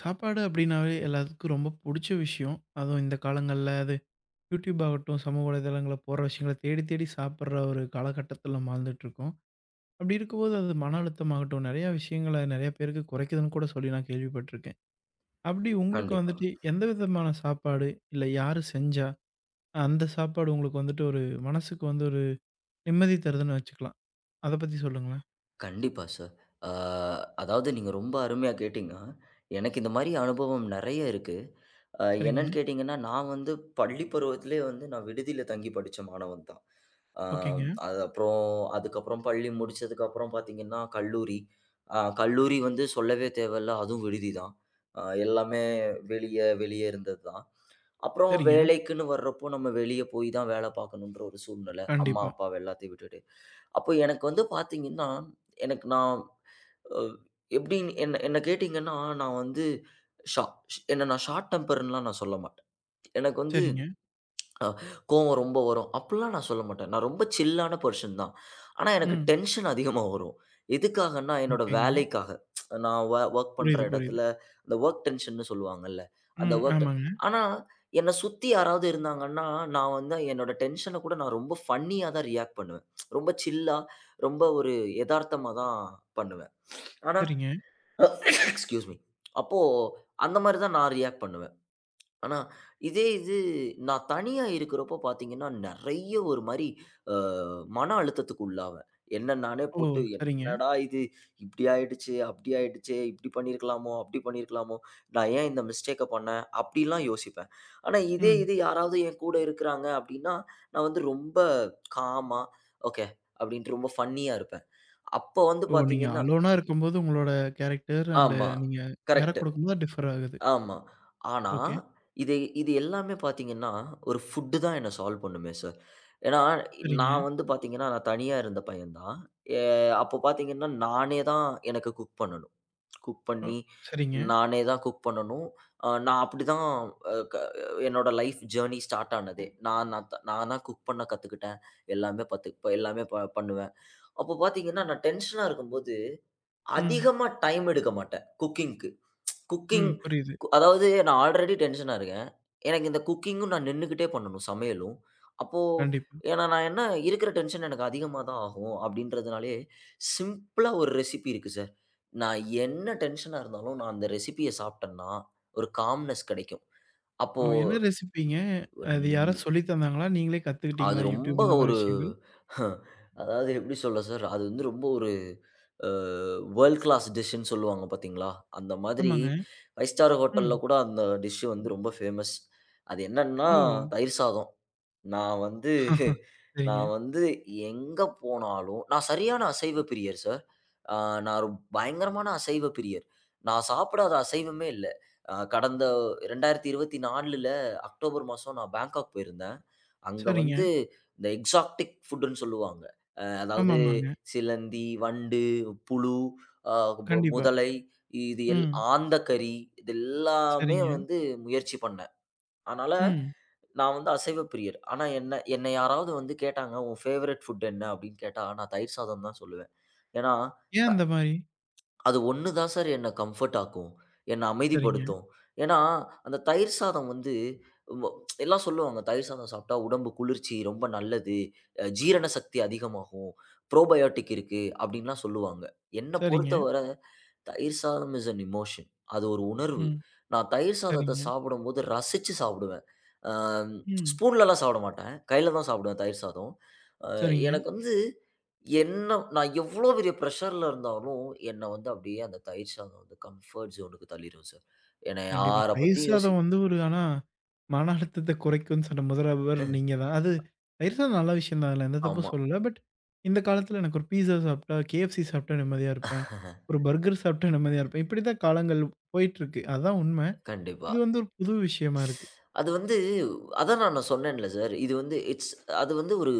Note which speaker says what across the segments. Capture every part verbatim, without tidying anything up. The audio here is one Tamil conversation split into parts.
Speaker 1: சாப்பாடு அப்படின்னாவே எல்லாத்துக்கும் ரொம்ப புடிச்ச விஷயம். அதுவும் இந்த காலங்கள்ல அது யூடியூப் ஆகட்டும், சமூக வலைதளங்கள்ல போற விஷயங்கள தேடி தேடி சாப்பிடுற ஒரு காலகட்டத்தில நம்ம வாழ்ந்துட்டுருக்கோம். அப்படி இருக்கும்போது அது மன அழுத்தமாகட்டும், நெறைய விஷயங்கள நெறைய பேருக்கு குறைக்குதுன்னு கூட சொல்லி நான் கேள்விப்பட்டுருக்கேன். அப்படி உங்களுக்கு
Speaker 2: கண்டிப்பா.
Speaker 1: வந்துட்டு எந்த விதமான சாப்பாடு, இல்ல யாரு செஞ்சா, அந்த சாப்பாடு உங்களுக்கு வந்துட்டு ஒரு மனசுக்கு வந்து ஒரு நிம்மதி தருதுன்னு வச்சுக்கலாம். அத பத்தி சொல்லுங்களேன்.
Speaker 2: கண்டிப்பா சார். ஆ அதாவது நீங்க ரொம்ப அருமையா கேட்டீங்க. எனக்கு இந்த மாரி அனுபவம் நெறைய இருக்கு. அ
Speaker 1: சரிங்க.
Speaker 2: என்னன்னு கேட்டீங்கன்னா, நான் வந்து பள்ளி பருவத்திலேயே வந்து நான் விடுதியில தங்கி படிச்ச மாணவன் தான். ஆ
Speaker 1: ஓகேங்க.
Speaker 2: அது அப்புறம் அதுக்கப்புறம் பள்ளி முடிச்சதுக்கப்புறம் பார்த்தீங்கன்னா, கல்லூரி. அ கல்லூரி வந்து சொல்லவே தேவையில்ல. அதுவும் விடுதி தான். அ எல்லாமே வெளிய வெளிய இருந்தது தான். அப்புறம்
Speaker 1: சரிங்க.
Speaker 2: வேலைக்குன்னு வர்றப்போ நம்ம வெளிய போய் தான் வேல பார்க்கணுன்ற ஒரு சூழ்நிலை. அம்மா,
Speaker 1: கண்டிப்பா.
Speaker 2: அப்பாவ எல்லாத்தையும் விட்டுட்டு. அப்போ எனக்கு வந்து பார்த்தீங்கன்னா, எனக்கு நான் அ எப்படின்னு என்ன என்ன கேட்டீங்கன்னா, நான் வந்து ஷா என்ன நான் ஷார்ட் டெம்பர்ன்லாம் நான் சொல்ல மாட்டேன். எனக்கு வந்து
Speaker 1: சரிங்க.
Speaker 2: அ கோவம் ரொம்ப வரும். அப்பிடிலாம் நான் சொல்ல மாட்டேன். நான் ரொம்ப சில்லான பெர்சன் தான். ஆனா, எனக்கு
Speaker 1: ம்.
Speaker 2: டென்ஷன் அதிகமா வரும். எதுக்காகன்னா, என்னோட
Speaker 1: ஓகேங்க.
Speaker 2: வேலைக்காக. நான் வொ வொர்க் பண்ற
Speaker 1: புரியுது, புரியுது.
Speaker 2: இடத்துல, அந்த வொர்க் டென்ஷன்னு சொல்லுவாங்கல்ல. அந்த
Speaker 1: ம்.
Speaker 2: வொர்க்
Speaker 1: ஆமாங்க.
Speaker 2: ஆனா, என்ன சுத்தி யாராவது இருந்தாங்கன்னா, நான் வந்து என்னோட டென்ஷன கூட நான் ரொம்ப ஃபன்னியா தான் ரியாக்ட் பண்ணுவேன். ரொம்ப சில்லா, ரொம்ப ஒரு எதார்த்தமா தான் பண்ணுவேன். ஆனா
Speaker 1: சரிங்க.
Speaker 2: Excuse me. அப்போ அந்தமாரி தான் நான் ரியாக்ட் பண்ணுவேன். ஆனா, இதே இது நான் தனியா இருக்கிறப்போ பார்த்தீங்கன்னா, நெறைய ஒரு மாரி அ மன அழுத்தத்துக்கு உள்ளாவேன். என்ன நானே
Speaker 1: ஓ!
Speaker 2: போட்டு,
Speaker 1: சரிங்க.
Speaker 2: "என்னடா இது இப்படி ஆயிடுச்சே, அப்படி ஆயிடுச்சே, இப்படி பண்ணியிருக்கலாமோ, அப்படி பண்ணியிருக்கலாமோ, நான் ஏன் இந்த மிஸ்டேக்க பண்ணேன்?" அப்படிலாம் யோசிப்பேன். ஆனா, இதே
Speaker 1: ம்.
Speaker 2: இது யாராவது என் கூட இருக்கிறாங்க அப்படின்னா, நான் வந்து ரொம்ப காமா, "ஓகே" அப்படின்ட்டு ரொம்ப ஃபன்னியா இருப்பேன். அப்ப வந்து
Speaker 1: ஓ! நீங்க
Speaker 2: பார்த்தீங்கன்னா
Speaker 1: அலோனா இருக்கும்போது உங்களோட கேரக்டர் அண்ட்
Speaker 2: ஆமா.
Speaker 1: நீங்க
Speaker 2: கரெக்ட்.
Speaker 1: யாராவது குடுக்கும்போது டிஃபர் ஆகுது.
Speaker 2: ஆமா. ஆனா,
Speaker 1: ஓகே.
Speaker 2: இது இது எல்லாமே பார்த்தீங்கன்னா, ஒரு ஃபுட்டு தான் என்ன சால்வ் பண்ணுமே சார். ஏன்னா,
Speaker 1: சரிங்க.
Speaker 2: நான் வந்து பார்த்தீங்கன்னா, நான் தனியா இருந்த பையன் தான். எ அப்போ பார்த்தீங்கன்னா, நானே தான் எனக்கு குக் பண்ணணும். குக்
Speaker 1: ஓ!
Speaker 2: பண்ணி,
Speaker 1: சரிங்க.
Speaker 2: நானே தான் குக் பண்ணணும். அ நான் அப்படி தான் அ க என்னோட லைஃப் ஜர்னி ஸ்டார்ட் ஆனதே. நான் நான் த நான் தான் குக் பண்ண கத்துக்கிட்டேன். எல்லாமே பத்து எல்லாமே ப பண்ணுவேன். அப்போ பார்த்தீங்கன்னா, நான் டென்ஷனா இருக்கும்போது
Speaker 1: ம்.
Speaker 2: அதிகமா டைம் எடுக்க மாட்டேன் குக்கிங்க்கு.
Speaker 1: ம்.
Speaker 2: குக்கிங்
Speaker 1: புரியுது.
Speaker 2: கு அதாவது நான் ஆல்ரெடி டென்ஷனா இருக்கேன். எனக்கு இந்த குக்கிங்கும் நான் நின்னுக்கிட்டே பண்ணணும் சமையலும். அப்போ
Speaker 1: கண்டிப்பா.
Speaker 2: ஏன்னா நான் என்ன இருக்கிற டென்ஷன் எனக்கு அதிகமா தான் ஆகும் அப்படின்றதுனாலயே, சிம்பிளா ஒரு ரெசிபி இருக்கு சார். நான் என்ன டென்ஷனா இருந்தாலும் நான் அந்த ரெசிபிய சாப்பிட்டேன்னா, ஒரு காம்னஸ் கிடைக்கும். அப்போ
Speaker 1: ஓ! என்ன ரெசிபிங்க? அது யாரோ சொல்லி தந்தாங்களா? நீங்களே
Speaker 2: அது
Speaker 1: கத்துக்கிட்டீங்களா? YouTube
Speaker 2: ரொம்ப
Speaker 1: இந்த மாரி
Speaker 2: ஒரு
Speaker 1: விஷயங்கள்?
Speaker 2: அதாவது எப்படி சொல்ல சார், அது வந்து ரொம்ப ஒரு அ வேர்ல்ட் கிளாஸ் டிஷ்ன்னு சொல்லுவாங்க பார்த்தீங்களா? அந்த மாதிரி
Speaker 1: ஆமாங்க.
Speaker 2: ஐந்து ஸ்டார் ஹோட்டல்ல
Speaker 1: ம்.
Speaker 2: கூட அந்த டிஷ் வந்து ரொம்ப ஃபேமஸ். அது என்னன்னா,
Speaker 1: ஓ!
Speaker 2: தயிர் சாதம். நான் வந்து
Speaker 1: சரிங்க.
Speaker 2: நான் வந்து எங்க போனாலும் நான் சரியான அசைவ பிரியர் சார். அ நான் ஒரு பயங்கரமான அசைவ பிரியர். நான் சாப்பிடாத அசைவமே இல்ல. அ கடந்த இரண்டாயிரத்து இருபத்தி நான்கில் அக்டோபர் மாசம் நான் பேங்காக் போயிருந்தேன். அங்க
Speaker 1: சரிங்க.
Speaker 2: வந்து இந்த எக்ஸாடிக் ஃபுட்டுன்னு சொல்லுவாங்க. அ அதாவது
Speaker 1: ஆமாமாங்க.
Speaker 2: சிலந்தி, வண்டு, புழு, அ பு
Speaker 1: கண்டிப்பா.
Speaker 2: முதலை இது எல்
Speaker 1: ம்.
Speaker 2: ஆந்தைக்கறி இது எல்லாமே
Speaker 1: சரிங்க.
Speaker 2: வந்து முயற்சி பண்ணேன். அதனால
Speaker 1: ம்.
Speaker 2: நான் வந்து அசைவ பிரியர். ஆனா என்ன என்னை யாராவது வந்து கேட்டாங்க, "உன் ஃபேவரைட் ஃபுட் என்ன?" அப்படின்னு கேட்டா, நான் தயிர் சாதம் தான் சொல்லுவேன். ஏன்னா
Speaker 1: ஏன் அந்த மாரி?
Speaker 2: அது ஒண்ணு தான் சார் என்ன கம்ஃபர்ட் ஆக்கும். என்ன
Speaker 1: சரிங்க.
Speaker 2: அமைதிப்படுத்தும். ஏன்னா, அந்த தயிர் சாதம் வந்து வ எல்லாம் சொல்லுவாங்க. தயிர் சாதம் சாப்பிட்டா உடம்பு குளிர்ச்சி ரொம்ப நல்லது. அ ஜீரண சக்தி அதிகமாகும். ப்ரோபயோடிக் இருக்கு. அப்படின்லாம் சொல்லுவாங்க. என்ன
Speaker 1: சரிங்க.
Speaker 2: பொறுத்தவர தயிர் சாதம் இஸ் அன் எமோஷன். அது ஒரு உணர்வு.
Speaker 1: ம்.
Speaker 2: நான் தயிர் சாதத்த
Speaker 1: சரிங்க.
Speaker 2: சாப்பிடும்போது ரசிச்சு சாப்பிடுவேன். அ
Speaker 1: ம்.
Speaker 2: ஸ்பூன்லலாம் சாப்பிட மாட்டேன். கையில தான் சாப்பிடுவேன் தயிர் சாதம். அ
Speaker 1: சரிங்க.
Speaker 2: எனக்கு வந்து என்ன நான் எவ்ளோ பெரிய பிரஷர்ல இருந்தாலும், என்ன வந்து அப்படியே அந்த தயிர் சாதம் வந்து கம்ஃபர்ட் ஜோனுக்கு தள்ளிரும் சார். என்ன
Speaker 1: கண்டிப்பா.
Speaker 2: யார
Speaker 1: தயிர்
Speaker 2: பத்தியும் யோசி
Speaker 1: சாதம் வந்து ஒரு ஆனா, மன அழுத்தத்த குறைக்கும்னு சொன்ன முதலவர் நீங்க தான். அது தயிர் சாதம் நல்ல விஷயம் தான். அதுல எந்த தப்பும்
Speaker 2: ஆமா.
Speaker 1: சொல்லல. பட் இந்த காலத்துல எனக்கு ஒரு பீஸா சாப்பிட்டா, கே எஃப் சி சாப்பிட்டா நிம்மதியா இருப்பேன். ஒரு பர்கர் சாப்பிட்டா நிம்மதியா இருப்பேன். இப்படிதான் காலங்கள் போயிட்டுருக்கு. அதான் உண்ம.
Speaker 2: கண்டிப்பா.
Speaker 1: இது வந்து ஒரு புது விஷயமா இருக்கு.
Speaker 2: அது வந்து அதான் நான் சொன்னேன்ல சார். இது வந்து இட்ஸ் அது வந்து ஒரு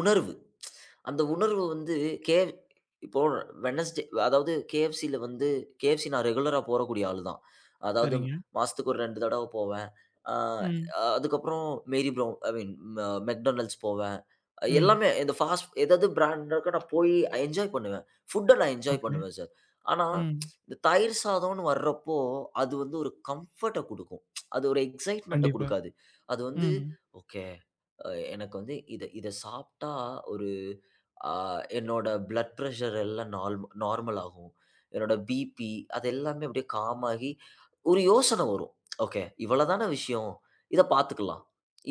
Speaker 2: உணர்வு. அந்த உணர்வு வந்து கே இப்போ வெட்னஸ்டே அதாவது K F C-ல வந்து K F C நான் ரெகுலரா போறக்கூடிய ஆளு தான். அதாவது
Speaker 1: சரிங்க.
Speaker 2: மாசத்துக்கு ஒரு ரெண்டு தடவ போவேன். அ
Speaker 1: ம்.
Speaker 2: அதுக்கப்புறம் மேரி ப்ரவுன் ஐ மீன் அ மெக்டொனால்ட்ஸ் போவேன்.
Speaker 1: ம்.
Speaker 2: எல்லாமே இந்த ஃபாஸ்ட் ஏதாவது பிராண்ட் இருக்கோ நான் போய் என்ஜாய் பண்ணுவேன். ஃபுட்ட நான் என்ஜாய்
Speaker 1: ஓகே.
Speaker 2: பண்ணுவேன் சார். ஆனா,
Speaker 1: ம்.
Speaker 2: இந்த தயிர் சாதம்ன்னு வர்றப்போ, அது வந்து ஒரு கம்ஃபர்ட்ட குடுக்கும். அது ஒரு எக்ஸைட்மென்ட்ட
Speaker 1: கண்டிப்பா.
Speaker 2: குடுக்காது. அது வந்து,
Speaker 1: ம்.
Speaker 2: "ஓகே. அ எனக்கு வந்து இத இத சாப்ட்டா ஒரு ஆ என்னோட பிளட் பிரஷர் எல்லாம் நார்ம் நார்மல் ஆகும். என்னோட பிபி அது எல்லாமே அப்படியே காம் ஆகி, ஒரு யோசனை வரும். ஓகே இவ்வளதான விஷயம். இத பார்த்துக்கலாம்.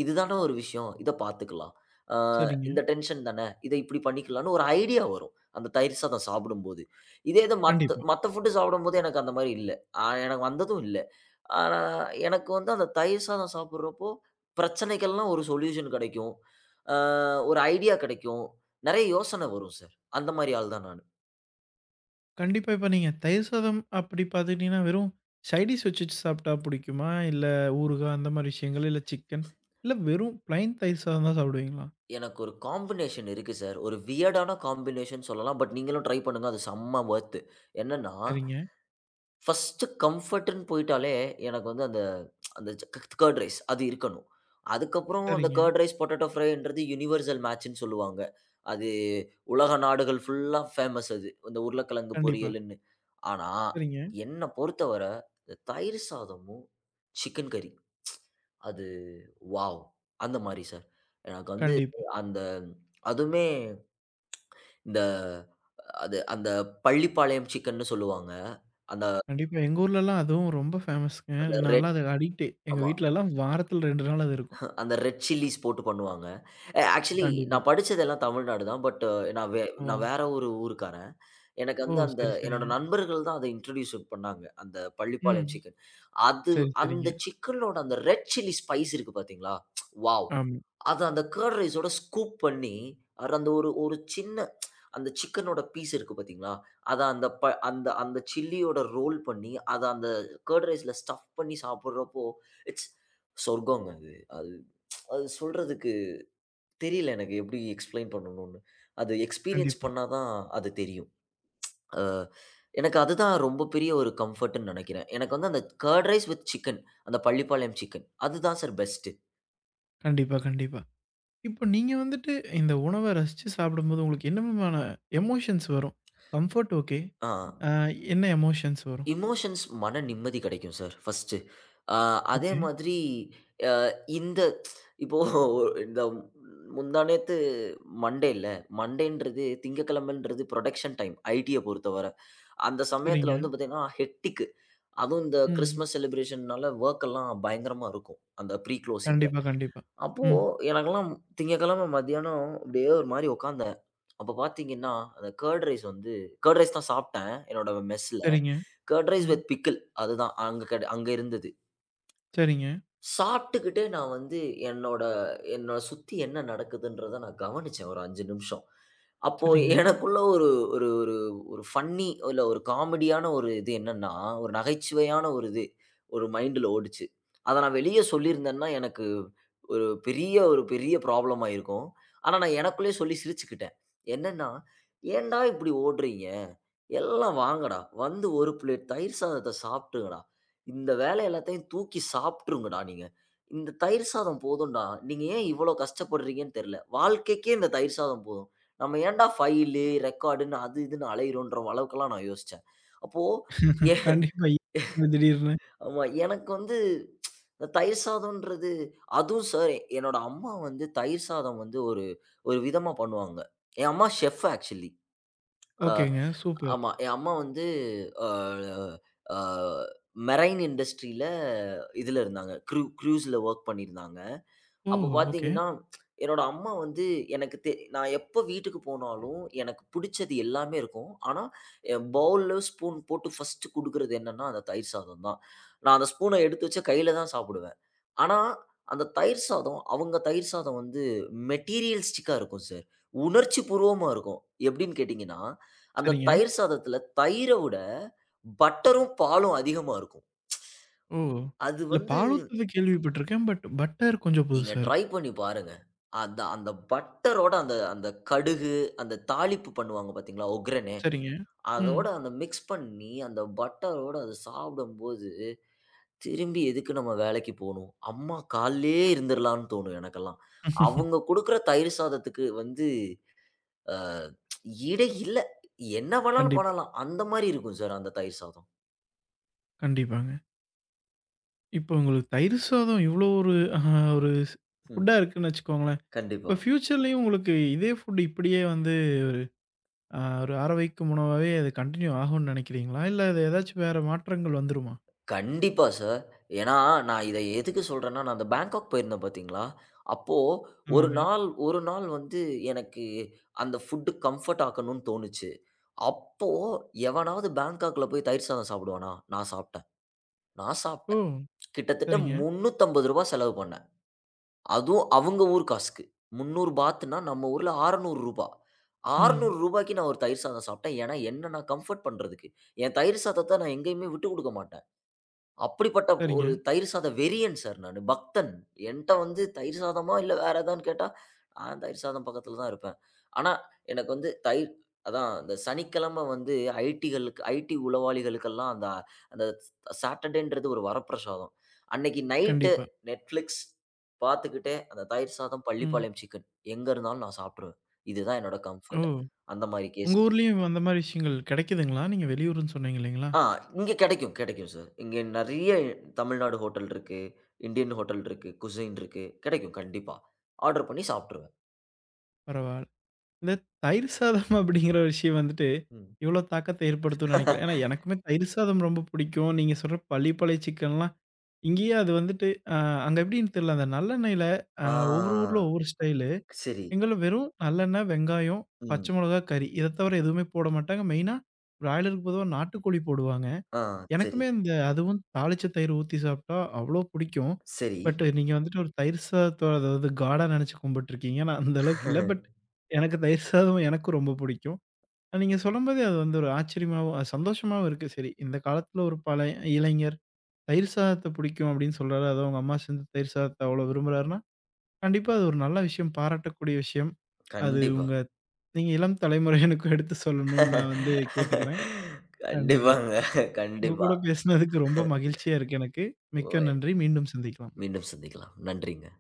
Speaker 2: இதுதான ஒரு விஷயம். இத பார்த்துக்கலாம். ஆ
Speaker 1: சரிங்க.
Speaker 2: இந்த டென்ஷன் தானே. இத இப்படி பண்ணிக்கலாம்ன்னு ஒரு ஐடியா வரும். அந்த தயிர் சாதம் சாப்பிடும்போது. இதே இது மத்த
Speaker 1: கண்டிப்பா.
Speaker 2: மத்த ஃபுட் சாப்பிடும்போது எனக்கு அந்த மாரி இல்ல. ஆ எனக்கு வந்ததும் இல்ல. ஆனா எனக்கு வந்து அந்த தயிர் சாதம் சாப்பிடுறப்போ, பிரச்சனைக்கெல்லாம் ஒரு சொல்யூஷன் கிடைக்கும். ஆ ஒரு ஐடியா கிடைக்கும். நெறைய யோசனை வரும் சார். அந்த மாரி ஆள் தான் நானு.
Speaker 1: கண்டிப்பா. இப்ப நீங்க தயிர் சாதம் அப்படி பாத்துக்கிட்டீங்கன்னா, வெறும் சைட் டிஷ் வச்சுட்டு சாப்பிட்டா புடிக்குமா? இல்ல ஊறுகாய் அந்த மாரி விஷயங்கள், இல்ல சிக்கன், இல்ல வெறும் பிளைன் தயிர் சாதம் தான் சாப்பிடுவீங்களா?
Speaker 2: எனக்கு ஒரு காம்பினேஷன் இருக்கு சார். ஒரு வியர்டான காம்பினேஷன் சொல்லலாம். பட் நீங்களும் ட்ரை பண்ணுங்க. அது செம்ம வொர்த்து. என்னன்னா,
Speaker 1: சரிங்க,
Speaker 2: ஃபர்ஸ்ட்டு கம்ஃபர்ட்ன்னு போய்ட்டாலே எனக்கு வந்து அந்த அந்த கர்ட் ரைஸ் அது இருக்கணும். அதுக்கப்புறம் அந்த
Speaker 1: சரிங்க.
Speaker 2: கர்ட் ரைஸ், பொட்டேட்டோ ஃப்ரைன்றது யுனிவர்சல் மேட்ச்ன்னு சொல்லுவாங்க. அது உலக நாடுகள் ஃபுல்லா ஃபேமஸ் அது. இந்த உருளைக்கிழங்கு
Speaker 1: கண்டிப்பா.
Speaker 2: பொரியலுன்னு. ஆனா,
Speaker 1: சரிங்க.
Speaker 2: என்ன பொறுத்தவர இந்த தயிர் சாதமும், சிக்கன் கறி அது வாவ்! அந்த மாரி சார். எனக்கு வந்து
Speaker 1: கண்டிப்பா.
Speaker 2: அந்த அதுவுமே இந்த அது அந்த பள்ளிப்பாளையம் சிக்கன்னு சொல்லுவாங்க. அந்த
Speaker 1: கண்டிப்பா. எங்க ஊர்லலாம் அதுவும் ரொம்ப ஃபேமஸ்ங்க.
Speaker 2: அந்த
Speaker 1: நான்லாம்
Speaker 2: ரெட்
Speaker 1: அதுக்கு அடிக்ட்டே. எங்க
Speaker 2: ஆமா.
Speaker 1: வீட்லலாம் வாரத்துல ரெண்டு நாள் அது இருக்கும்.
Speaker 2: அந்த ரெட் சில்லிஸ் போட்டு பண்ணுவாங்க. அ ஆக்சுவலி
Speaker 1: கண்டிப்பா.
Speaker 2: நான் படிச்சதெல்லாம் தமிழ்நாடு தான். பட் நான் வே
Speaker 1: ஓ!
Speaker 2: நான் வேற ஒரு ஊருக்காரன். எனக்கு
Speaker 1: ஓ!
Speaker 2: வந்து அந்த
Speaker 1: சரி,
Speaker 2: என்னோட
Speaker 1: சரிங்க.
Speaker 2: நண்பர்கள் தான் அத இன்ட்ரோடியூஸ் பண்ணாங்க. அந்த பள்ளிப்பாளையம்
Speaker 1: ம்.
Speaker 2: சிக்கன். அது
Speaker 1: சரி, சரிங்க.
Speaker 2: அந்த சிக்கனோட அந்த ரெட் சில்லி ஸ்பைஸ் இருக்கு பார்த்தீங்களா? வாவ்!
Speaker 1: ஆமா.
Speaker 2: அத அந்த கர்ட் ரைஸோட ஸ்கூப் பண்ணி, அது அந்த ஒரு ஒரு சின்ன அந்த சிக்கனோட பீஸ் இருக்கு பார்த்தீங்களா, அத அந்த ப அந்த அந்த சில்லியோட ரோல் பண்ணி, அத அந்த கர்ட் ரைஸ்ல ஸ்டஃப் பண்ணி சாப்பிடுறப்போ, இட்ஸ் சொர்க்கங்க அது. அது அது சொல்றதுக்கு தெரியல எனக்கு எப்படி எக்ஸ்ப்ளைன் பண்ணணும்னு. அது எக்ஸ்பீரியன்ஸ்
Speaker 1: கண்டிப்பா.
Speaker 2: பண்ணா தான் அது தெரியும். அ எனக்கு அதுதான் ரொம்ப பெரிய ஒரு கம்ஃபர்ட்ன்னு நெனைக்கிறேன். எனக்கு வந்து அந்த கர்ட் ரைஸ் வித் சிக்கன் அந்த பள்ளிப்பாளையம் சிக்கன் அதுதான் சார் பெஸ்ட்டு.
Speaker 1: கண்டிப்பா, கண்டிப்பா. இப்போ நீங்க வந்துட்டு இந்த உணவ ரசிச்சு சாப்பிடும்போது உங்களுக்கு என்ன விதமான எமோஷன்ஸ் வரும்? Comfort okay.
Speaker 2: ஆ.
Speaker 1: அ என்ன எமோஷன்ஸ் வரும்?
Speaker 2: எமோஷன்ஸ் மன நிம்மதி கிடைக்கும் சார் ஃபர்ஸ்ட்டு. அ அதே
Speaker 1: ஓகே.
Speaker 2: மாதிரி அ இந்த இப்போ இந்த முந்தாநேத்து மண்டேல்ல, மண்டேன்றது திங்கட்கிழமைன்றது புரொடக்ஷன் டைம் ஐடிய பொறுத்தவர. அந்த
Speaker 1: சரிங்க.
Speaker 2: சமயத்தில வந்து பார்த்தீங்கன்னா, ஹெக்டிக்கு அதுவும் இந்த
Speaker 1: ம்.
Speaker 2: கிறிஸ்மஸ் செலிப்ரேஷன்னால வொர்க் எல்லாம் பயங்கரமா இருக்கும். அந்த ப்ரீ குளோசிங்கில.
Speaker 1: கண்டிப்பா, கண்டிப்பா.
Speaker 2: அப்போ
Speaker 1: ம்.
Speaker 2: எனக்கெல்லாம் திங்கட்கிழமை மதியானம் அப்படியே ஒரு மாரி உட்காந்தேன். அப்ப பார்த்தீங்கன்னா, அந்த கர்ட் ரைஸ் வந்து கர்ட் ரைஸ் தான் சாப்பிட்டேன் என்னோட மெஸ்ல.
Speaker 1: சரிங்க.
Speaker 2: கர்ட் ரைஸ்
Speaker 1: ம்.
Speaker 2: வித் பிக்கிள் அதுதான் அங்க கெட அங்க இருந்தது.
Speaker 1: சரிங்க,
Speaker 2: சாப்பிட்டுக்கிட்டே நான் வந்து என்னோட என்னோட சுத்தி என்ன நடக்குதுன்றத நான் கவனிச்சேன் ஒரு ஐந்து நிமிஷம். அப்போ
Speaker 1: சரிங்க.
Speaker 2: எனக்குள்ள ஒரு ஒரு ஒரு ஒரு ஃபன்னி இல்ல ஒரு காமெடியான ஒரு இது என்னன்னா, ஒரு நகைச்சுவையான ஒரு இது ஒரு மைண்ட்ல ஓடுச்சு. அத நான் வெளிய சொல்லியிருந்தேன்னா, எனக்கு ஒரு பெரிய ஒரு பெரிய ப்ராப்ளம் ஆயிருக்கும். ஆனா நான் எனக்குள்ளேயே சொல்லி சிரிச்சுக்கிட்டேன். என்னன்னா, "ஏன்டா இப்படி ஓடுறீங்க? எல்லாம் வாங்கடா. வந்து ஒரு பிளேட் தயிர் சாதத்த சாப்பிடுங்கடா. இந்த வேலை எல்லாத்தையும் தூக்கி சாப்பிட்டுருங்கடா நீங்க. இந்த தயிர் சாதம் போதும்டா. நீங்க ஏன் இவ்வளோ கஷ்டப்படுறீங்கன்னு தெரியல. வாழ்க்கைக்கே இந்த தயிர் சாதம் போதும். நம்ம ஏன்டா ஃபைலு, ரெக்கார்டுன்னு அது இதுன்னு அலையிறோன்ற அளவுக்கெல்லாம் நான் யோசிச்சேன். அப்போ எ
Speaker 1: கண்டிப்பா. திடீர்னு.
Speaker 2: ஆமா. எனக்கு வந்து இந்த தயிர் சாதம்ன்றது அதுவும் சார் என்னோட அம்மா வந்து தயிர் சாதம் வந்து ஒரு ஒரு விதமா பண்ணுவாங்க. என் அம்மா செஃப் ஆக்சுவலி. அ.
Speaker 1: ஓகேங்க. சூப்பர்.
Speaker 2: ஆமா. என் அம்மா வந்து அ அ மெரைன் இண்டஸ்ட்ரியில இதுல இருந்தாங்க. க்ரூ க்ரூஸ்ல வொர்க் பண்ணியிருந்தாங்க.
Speaker 1: ஓ!
Speaker 2: அப்போ
Speaker 1: ஓகே.
Speaker 2: பார்த்தீங்கன்னா, என்னோட அம்மா வந்து எனக்கு தெ நான் எப்ப வீட்டுக்கு போனாலும், எனக்கு பிடிச்சது எல்லாமே இருக்கும். ஆனா, என் பவுல்ல ஸ்பூன் போட்டு ஃபர்ஸ்ட்டு குடுக்குறது என்னன்னா, அந்த தயிர் சாதம் தான். நான் அந்த ஸ்பூன எடுத்து வச்சா கையில தான் சாப்பிடுவேன். ஆனா, அந்த தயிர் சாதம் அவங்க தயிர் சாதம் வந்து மெட்டீரியலிஸ்டிக்கா இருக்கும் சார். உணர்ச்சி பூர்வமா இருக்கும். எப்படின்னு கேட்டீங்கன்னா, அந்த
Speaker 1: சரிங்க.
Speaker 2: தயிர் சாதத்தில தயிர விட பட்டரும், பாலும் அதிகமா இருக்கும்.
Speaker 1: ஓ!
Speaker 2: அது
Speaker 1: இல்ல
Speaker 2: வந்து
Speaker 1: பாலூத்தது கேள்விப்பட்டுருக்கேன். பட் பட்டர் கொஞ்சம்
Speaker 2: நீங்க
Speaker 1: புதுசா
Speaker 2: ட்ரை
Speaker 1: இருக்கு.
Speaker 2: பண்ணி பாருங்க. அந்த அந்த பட்டரோட அந்த அந்த கடுகு, அந்த தாளிப்பு பண்ணுவாங்க பார்த்தீங்களா? ஒக்ரனே,
Speaker 1: சரிங்க. ம்.
Speaker 2: அதோட அந்த மிக்ஸ் பண்ணி, அந்த பட்டரோட அத சாப்பிடும்போது, திரும்பி எதுக்கு நம்ம வேலைக்கு போணும்? அம்மா கால்லயே இருந்துரலான்னு தோணும் எனக்கெல்லாம். அவங்க குடுக்குற தயிர் சாதத்துக்கு வந்து அ ஈடே இல்ல. என்ன வேணாலும்
Speaker 1: கண்டிப்பா,
Speaker 2: பண்ணலாம். அந்த மாரி இருக்கும் சார் அந்த தயிர் சாதம்.
Speaker 1: கண்டிப்பாங்க. இப்போ உங்களுக்கு தயிர் சாதம் இவ்வளோ ஒரு அ ஒரு ஸ்
Speaker 2: ம்.
Speaker 1: ஃபுட்டா இருக்குன்னு வச்சுக்கோங்களேன்.
Speaker 2: கண்டிப்பா.
Speaker 1: இப்ப ஃபியூச்சர்லயும் உங்களுக்கு இதே ஃபுட் இப்படியே வந்து அ ஒரு ஆரோக்கியக்கும் உணவாவே அது கன்டின்யூ ஆகும்ன்னு நினைக்கிறீங்களா? இல்ல அது ஏதாச்சும் வேற மாற்றங்கள் வந்துருமா?
Speaker 2: கண்டிப்பா சார். ஏன்னா, நான் இத எதுக்கு சொல்றேன்னா, நான் அந்த பேங்காக் போயிருந்தேன் பார்த்தீங்களா? அப்போ ஒரு
Speaker 1: ஆமாங்க.
Speaker 2: நாள் ஒரு நாள் வந்து எனக்கு அந்த ஃபுட் கம்ஃபோர்ட் ஆக்கணும்னு தோணுச்சு. அப்போ எவனாவது பேங்காக்ல போய் தயிர் சாதம் சாப்பிடுவானா? நான் சாப்பிட்டேன். நான்
Speaker 1: ஓ!
Speaker 2: சாப்பிட்டேன். கிட்டத்தட்ட ரூ.
Speaker 1: சரிங்க.
Speaker 2: முன்னூற்று ஐம்பது செலவு பண்ணேன். அதுவும் அவங்க ஊர் காசுக்கு. முன்னூறு பாத்ன்னா நம்ம ஊர்ல ரூ. அறுநூறு ரூ.
Speaker 1: ம்.
Speaker 2: அறுநூறுக்கு நான் ஒரு தயிர் சாதம் சாப்பிட்டேன். ஏன்னா, என்ன நான் கம்ஃபோர்ட் பண்றதுக்கு. என் தயிர் சாதத்த நான் எங்கேயுமே விட்டுக் குடுக்க மாட்டேன். அப்படிப்பட்ட
Speaker 1: சரிங்க.
Speaker 2: ஒரு தயிர் சாத வெறியன் சார் நானு. பக்தன். என்ட்ட வந்து தயிர் சாதமா? இல்ல வேற ஏதான்னு கேட்டா, நான் தயிர் சாதம் பக்கத்துல தான் இருப்பேன். ஆனா, எனக்கு வந்து தயிர் அதான் இந்த சனிக்கிழமை வந்து ஐடிகளுக்கு ஐடி உளவாளிகளுக்கெல்லாம் அந்த அந்த சாட்டர்டேன்றது ஒரு வரப்பிரசாதம். அன்னைக்கு நைட்டு
Speaker 1: கண்டிப்பா.
Speaker 2: நெட்ஃபிளிக்ஸ் பார்த்துக்கிட்டே அந்த தயிர் சாதம்,
Speaker 1: ம்.
Speaker 2: பள்ளிப்பாளையம் சிக்கன் எங்க இருந்தாலும் நான் சாப்ட்டுருவேன். இதுதான் என்னோட
Speaker 1: ஓ!
Speaker 2: கம்ஃபர்ட். அந்த மாரி
Speaker 1: உங்க
Speaker 2: கேஸ்.
Speaker 1: ஊர்லயும் அந்த மாரி விஷயங்கள் கிடைக்குதுங்களா? நீங்க வெளியூருன்னு சொன்னீங்க இல்லைங்களா?
Speaker 2: ஆ இங்க கெடைக்கும், கெடைக்கும் சார். இங்க நெறைய தமிழ்நாடு ஹோட்டல் இருக்கு, இந்தியன் ஹோட்டல் இருக்கு, குசைன் இருக்கு. கெடைக்கும் கண்டிப்பா. ஆர்டர் பண்ணி சாப்ட்டுருவேன்.
Speaker 1: பரவால்ல. இந்த தயிர் சாதம் அப்படிங்கிற விஷயம் வந்துட்டு,
Speaker 2: ம்.
Speaker 1: இவ்வளோ தாக்கத்த ஏற்படுத்தும்ன்னு நினைக்கல. ஏன்னா எனக்குமே தயிர் சாதம் ரொம்ப பிடிக்கும். நீங்க சொல்ற பள்ளிப்பாளைய சிக்கன்லாம் இங்கேயே அது வந்துட்டு அ அங்க எப்படின்னு தெரியல. அந்த நல்லெண்ணெயில அ ஒவ்வொரு ஊர்ல
Speaker 2: ஆ
Speaker 1: ஒவ்வொரு ஸ்டைலு.
Speaker 2: சரி.
Speaker 1: எங்கள்ல வெறும் நல்லெண்ணெய், வெங்காயம், பச்சை
Speaker 2: ம்.
Speaker 1: மொளகா, கறி. இத தவிர எதுவுமே போட மாட்டாங்க. மெயினா பிராய்லருக்கு பொதுவா நாட்டுக்கோழி போடுவாங்க.
Speaker 2: ஆ சரி,
Speaker 1: எனக்குமே இந்த அதுவும் தாளிச்ச தயிர் ஊத்தி சாப்பிட்டா அவ்ளோ பிடிக்கும்.
Speaker 2: சரி.
Speaker 1: பட் நீங்க வந்துட்டு ஒரு தயிர் சாதத்தோட அதாவது காடா நெனைச்சு கும்பிட்டுருக்கீங்க. நான் அந்த அளவுக்கு இல்ல. பட் எனக்கு தயிர் சாதம் எனக்கும் ரொம்ப பிடிக்கும். நீங்க சொல்லும்போதே அது வந்து ஒரு ஆச்சரியமாவும், அ சந்தோஷமாவும் இருக்கு. சரி, இந்த காலத்துல ஒரு பழைய இளைஞர் தயிர் சாதத்த பிடிக்கும் அப்படின்னு சொல்றாரு. அதுவும் அவங்க அம்மா செஞ்ச தயிர் சாதத்த அவ்வளோ விரும்புறாருன்னா, கண்டிப்பா அது ஒரு நல்ல விஷயம், பாராட்டக்கூடிய விஷயம். அது
Speaker 2: கண்டிப்பா.
Speaker 1: உங்க நீங்க இளம் தலைமுறையினருக்கும் எடுத்து சொல்லணும்னு நான் வந்து கேட்டுக்கிறேன். கண்டிப்பா.
Speaker 2: கண்டிப்பாங்க.
Speaker 1: உங்க
Speaker 2: கண்டிப்பா.
Speaker 1: கூட பேசுனதுக்கு ரொம்ப மகிழ்ச்சியா இருக்கு எனக்கு.
Speaker 2: ஓ
Speaker 1: மிக்க நன்றி. மீண்டும் சந்திக்கலாம்.
Speaker 2: மீண்டும் சந்திக்கலாம். நன்றிங்க.